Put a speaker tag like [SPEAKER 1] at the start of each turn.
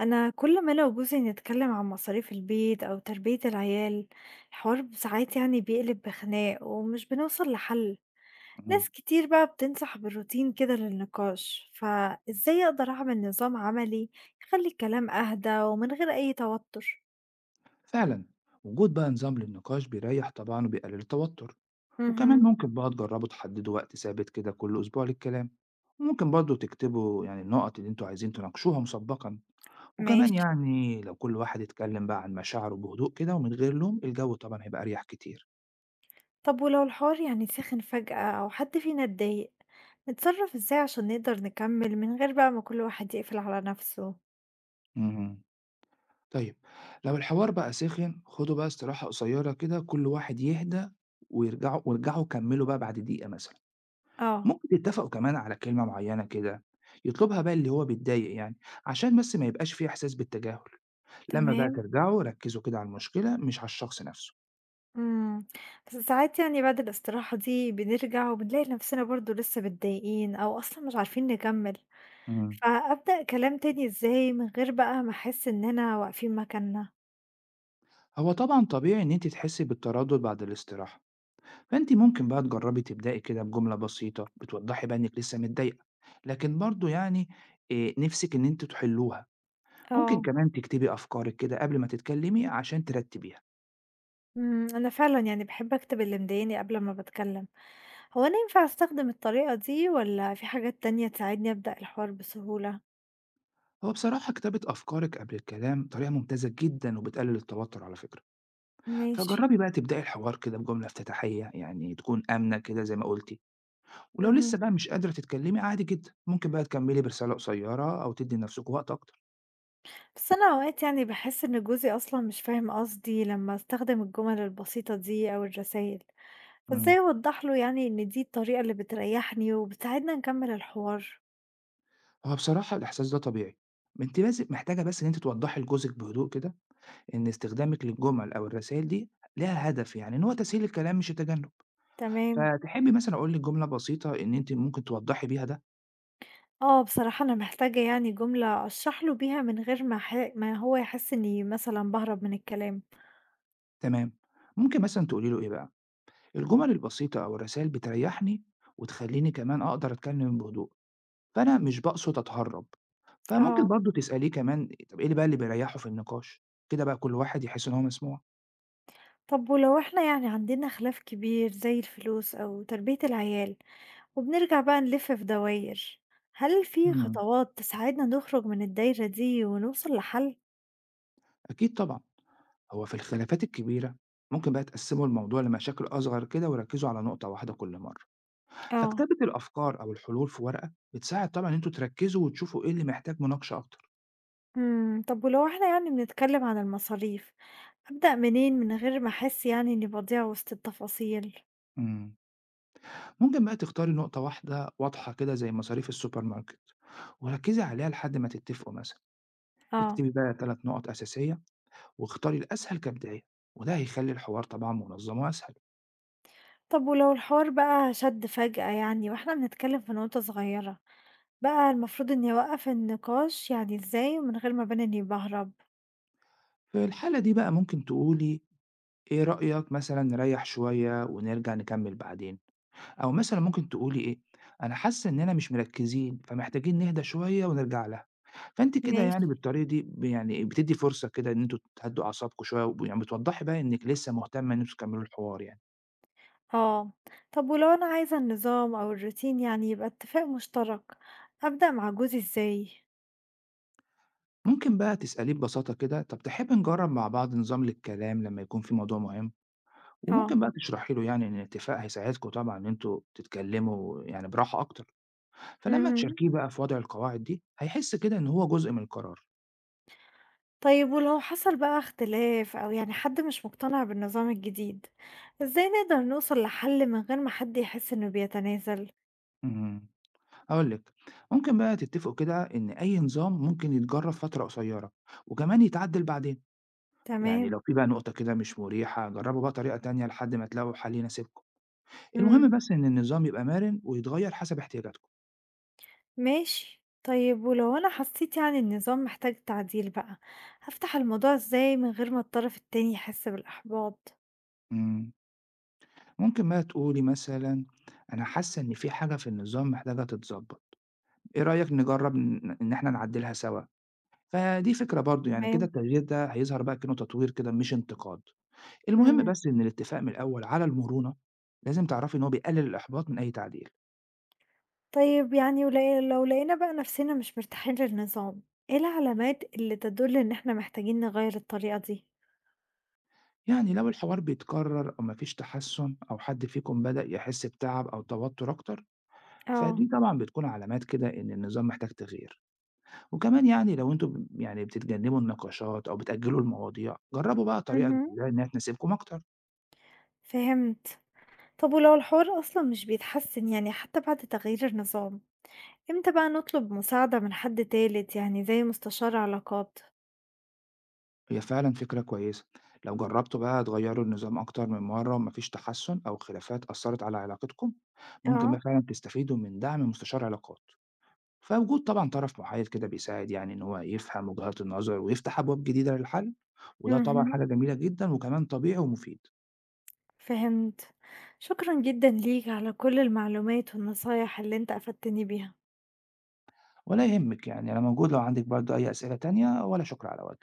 [SPEAKER 1] أنا كل ما أنا وجوزي نتكلم عن مصاريف البيت أو تربية العيال، الحوار ساعات يعني بيقلب بخناق ومش بنوصل لحل.
[SPEAKER 2] مهم.
[SPEAKER 1] ناس كتير بقى بتنصح بالروتين كده للنقاش، فإزاي أقدر أعمل نظام عملي يخلي الكلام أهدى ومن غير أي توتر؟
[SPEAKER 2] فعلا، وجود بقى نظام للنقاش بيريح طبعا وبيقلل التوتر. وكمان
[SPEAKER 1] مهم.
[SPEAKER 2] ممكن بقى تجربوا تحددوا وقت ثابت كده كل أسبوع للكلام، وممكن برضو تكتبوا يعني النقط اللي انتوا عايزين تناقشوها مسبقا. وكمان
[SPEAKER 1] ماشي.
[SPEAKER 2] يعني لو كل واحد اتكلم بقى عن مشاعره بهدوء كده ومن غير لوم، الجو طبعا هيبقى أريح كتير.
[SPEAKER 1] طب ولو الحوار يعني سخن فجأة أو حد فينا اتضايق، نتصرف إزاي عشان نقدر نكمل من غير بقى ما كل واحد يقفل على نفسه؟
[SPEAKER 2] مهم. طيب، لو الحوار بقى سخن خدوا بقى استراحة قصيرة كده كل واحد يهدى، ويرجعوا كملوا بقى بعد دقيقة مثلا.
[SPEAKER 1] اه.
[SPEAKER 2] ممكن يتفقوا كمان على كلمة معينة كده يطلبها بقى اللي هو بيتضايق يعني، عشان بس ما يبقاش فيه إحساس بالتجاهل. لما بقى
[SPEAKER 1] تمام.
[SPEAKER 2] ترجعوا ركزوا كده على المشكلة مش على الشخص نفسه.
[SPEAKER 1] إمم، بس ساعات يعني بعد الاستراحة دي بنرجع وبنلاقي نفسنا برضه لسه متضايقين أو أصلًا مش عارفين نكمّل،
[SPEAKER 2] مم.
[SPEAKER 1] فأبدأ كلام تاني إزاي من غير بقى ما أحس إننا واقفين مكاننا؟
[SPEAKER 2] هو طبعا طبيعي إن أنت تحسي بالتردد بعد الاستراحة، فأنت ممكن بقى تجربي تبدأي كده بجملة بسيطة بتوضحي بقى إنك لسه متضايقة، لكن برضو يعني إيه، نفسك إن أنتوا تحلوها. ممكن
[SPEAKER 1] اه.
[SPEAKER 2] كمان تكتبي أفكارك كده قبل ما تتكلمي عشان ترتبيها.
[SPEAKER 1] أنا فعلًا يعني باحب أكتب اللي مضايقني قبل ما باتكلم، هو أنا ينفع أستخدم الطريقة دي والّا في حاجات تانية تساعدني أبدأ الحوار بسهولة؟
[SPEAKER 2] هو بصراحة كتابة أفكارك قبل الكلام طريقة ممتازة جدا، وبتقلل التوتر على فكرة.
[SPEAKER 1] ماشي.
[SPEAKER 2] فجرّبي بقى تبدئي الحوار كده بجملة افتتاحية، يعني تكون آمنة كده زي ما قُلتِ، ولو لسه
[SPEAKER 1] اهم.
[SPEAKER 2] بقى مش قادرة تتكلّمي عادي جدًا، ممكن بقى تكمّلي برسالة قصيّرة أو تدّي لنَفْسِك وقت أكتر.
[SPEAKER 1] بس أنا أوقات يعني باحس إن جوزي أصلًا مش فاهم قصدي لمّا أستخدم الجمل البسيطة دي أو الرسايل.
[SPEAKER 2] إمم.
[SPEAKER 1] فإزاي أوضّح له يعني إن دي الطريقة اللي بتريّحني وبتساعدنا نكمّل الحوار؟
[SPEAKER 2] هو بصراحة الإحساس ده طبيعي، أنتِ بس محتاجة بس إن أنتِ توضّحي لجوزِك بهدوء كده إن استخدامِك للجُمل أو الرسايل دي ليها هدف، يعني إن هو تسهيل الكلام مش التجنُّب.
[SPEAKER 1] تمام.
[SPEAKER 2] فتحبّي مثلًا أقول لِك جملة بسيطة إن أنتِ ممكن توضّحي بيها ده؟
[SPEAKER 1] آه، بصراحة أنا محتاجة يعني جملة أشرح له بيها من غير ما هو يحس إني مثلًا باهرب من الكلام.
[SPEAKER 2] تمام. ممكن مثلًا تقولي له إيه بقى، الجُمل البسيطة أو الرسايل بتريّحني وتخلّيني كمان أقدر أتكلّم بهدوء، فأنا مش باقصد أتهرّب.
[SPEAKER 1] آه.
[SPEAKER 2] فممكن برضه تسأليه كمان طَب إيه اللي بيريّحه في النقاش؟ كده بقى كل واحد يحس إن هو مسموع.
[SPEAKER 1] طب ولو إحنا يعني عندنا خلاف كبير زي الفلوس أو تربية العيال وبنرجع بقى نلِف في دواير، هل في
[SPEAKER 2] إمم.
[SPEAKER 1] خطوات تساعدنا نخرج من الدايرة دي ونوصل لحل؟
[SPEAKER 2] أكيد طبعًا، هو في الخلافات الكبيرة ممكن بقى تقسّموا الموضوع لمشاكل أصغر كده وركّزوا على نقطة واحدة كل مرّة.
[SPEAKER 1] آه.
[SPEAKER 2] فكتابة الأفكار أو الحلول في ورقة بتساعد طبعًا إن أنتم تركّزوا وتشوفوا إيه اللي محتاج مناقشة أكتر.
[SPEAKER 1] إمم. طب ولو إحنا يعني بنتكلم عن المصاريف، أبدأ منين من غير ما أحس يعني إني باضيع وسط التفاصيل؟
[SPEAKER 2] إمم. ممكن بقى تختاري نقطة واحدة واضحة كده زي مصاريف السوبر ماركت، وركّزي عليها لحد ما تتفقوا مثلًا.
[SPEAKER 1] آه.
[SPEAKER 2] اكتبي بقى 3 نقط أساسية واختاري الأسهل كبداية، وده هيخلي الحوار طبعا منظم وأسهل.
[SPEAKER 1] طب ولو الحوار بقى شد فجأة يعني وإحنا بنتكلم في نقطة صغيرة، بقى المفروض إني أوقف النقاش يعني إزاي من غير ما أبان إني باهرب؟
[SPEAKER 2] في الحالة دي بقى ممكن تقولي إيه رأيك مثلا نريح شوية ونرجع نكمل بعدين، أو مثلا ممكن تقولي إيه، أنا حاسة إننا مش مركزين فمحتاجين نهدى شوية ونرجع لها. فأنت كده
[SPEAKER 1] ماشي.
[SPEAKER 2] يعني بالطريقة دي يعني بتدي فرصة كده إن أنتوا تهدوا أعصابكم شوية، ويعني بتوضحي بقى إنك لسه مهتمة إن أنتوا تكملوا الحوار يعني.
[SPEAKER 1] آه. طب ولو أنا عايزة النظام أو الروتين يعني يبقى اتفاق مشترك، أبدأ مع جوزي إزاي؟
[SPEAKER 2] ممكن بقى تسأليه ببساطة كده طب تحب نجرب مع بعض نظام للكلام لما يكون في موضوع مهم،
[SPEAKER 1] آه.
[SPEAKER 2] وممكن بقى تشرحي له يعني إن الاتفاق هيساعدكم طبعًا إن أنتم تتكلموا يعني براحة أكتر. فلمّا
[SPEAKER 1] مهم.
[SPEAKER 2] تشاركيه بقى في وضع القواعد دي، هيحس كده إن هو جزء من القرار.
[SPEAKER 1] طيب ولو حصل بقى اختلاف أو يعني حد مش مقتنع بالنظام الجديد، إزاي نقدر نوصل لحل من غير ما حد يحس إنه بيتنازل؟
[SPEAKER 2] إمم، هاقول لِك، ممكن بقى تتفقوا كده إن أي نظام ممكن يتجرب فترة قصيرة، وكمان يتعدل بعدين. يعني
[SPEAKER 1] تمام.
[SPEAKER 2] لو في بقى نقطة كده مش مريحة جربوا بقى طريقة تانية لحد ما تلاقوا حل يناسبكم.
[SPEAKER 1] إمم.
[SPEAKER 2] المهم بس إن النظام يبقى مرن ويتغير حسب احتياجاتكم.
[SPEAKER 1] ماشي. طيب ولو أنا حسيت يعني النظام محتاج تعديل بقى، هافتح الموضوع إزاي من غير ما الطرف التاني يحس بالإحباط؟
[SPEAKER 2] إمم، ممكن بقى تقولي مثلًا أنا حاسة إن في حاجة في النظام محتاجة تتضبط. إيه رأيك نجرّب إن إحنا نعدّلها سوا؟ فدي فكرة برضه، يعني كده
[SPEAKER 1] تمام.
[SPEAKER 2] التغيير ده هيظهر بقى كأنه تطوير كده مش انتقاد. المهم
[SPEAKER 1] إمم.
[SPEAKER 2] بس إن الاتفاق من الأول على المرونة، لازم تعرفي إن هو بيقلل الإحباط من أي تعديل.
[SPEAKER 1] طيب يعني ولا لو لقينا بقى نفسنا مش مرتاحين للنظام، إيه العلامات اللي تدل إن إحنا محتاجين نغير الطريقة دي؟
[SPEAKER 2] يعني لو الحوار بيتكرر أو ما فيش تحسُّن أو حد فيكم بدأ يحس بتعب أو توتُّر أكتر،
[SPEAKER 1] آه.
[SPEAKER 2] فدي طبعًا بتكون علامات كده إن النظام محتاج تغيير. وكمان يعني لو أنتم يعني بتتجنّبوا النقاشات أو بتأجّلوا المواضيع، جرّبوا بقى طريقة
[SPEAKER 1] اهم.
[SPEAKER 2] جديدة إنها تناسبكم أكتر.
[SPEAKER 1] فهمت. طب ولو الحوار أصلا مش بيتحسن يعني حتى بعد تغيير النظام، امتى بقى نطلب مساعدة من حد تالت يعني زي مستشار علاقات؟
[SPEAKER 2] هي فعلًا فكرة كويسة، لو جرّبتوا بقى تغيّروا النظام أكتر من مرّة وما فيش تحسُّن أو خلافات أثّرت على علاقتكم، ممكن بقى
[SPEAKER 1] اه.
[SPEAKER 2] فعلًا تستفيدوا من دعم مستشار علاقات. فوجود طبعًا طرف محايد كده بيساعد يعني إن هو يفهم وجهات النظر ويفتح أبواب جديدة للحل، وده طبعًا
[SPEAKER 1] مهم.
[SPEAKER 2] حاجة جميلة جدًا وكمان طبيعي ومفيد.
[SPEAKER 1] فهمت. شكرا جدا ليك على كل المعلومات والنصايح اللي انت أفدتني بيها.
[SPEAKER 2] ولا يهمِّك، يعني أنا موجود لو عندِك برضه أي أسئلة تانية، ولا شكر على واجب.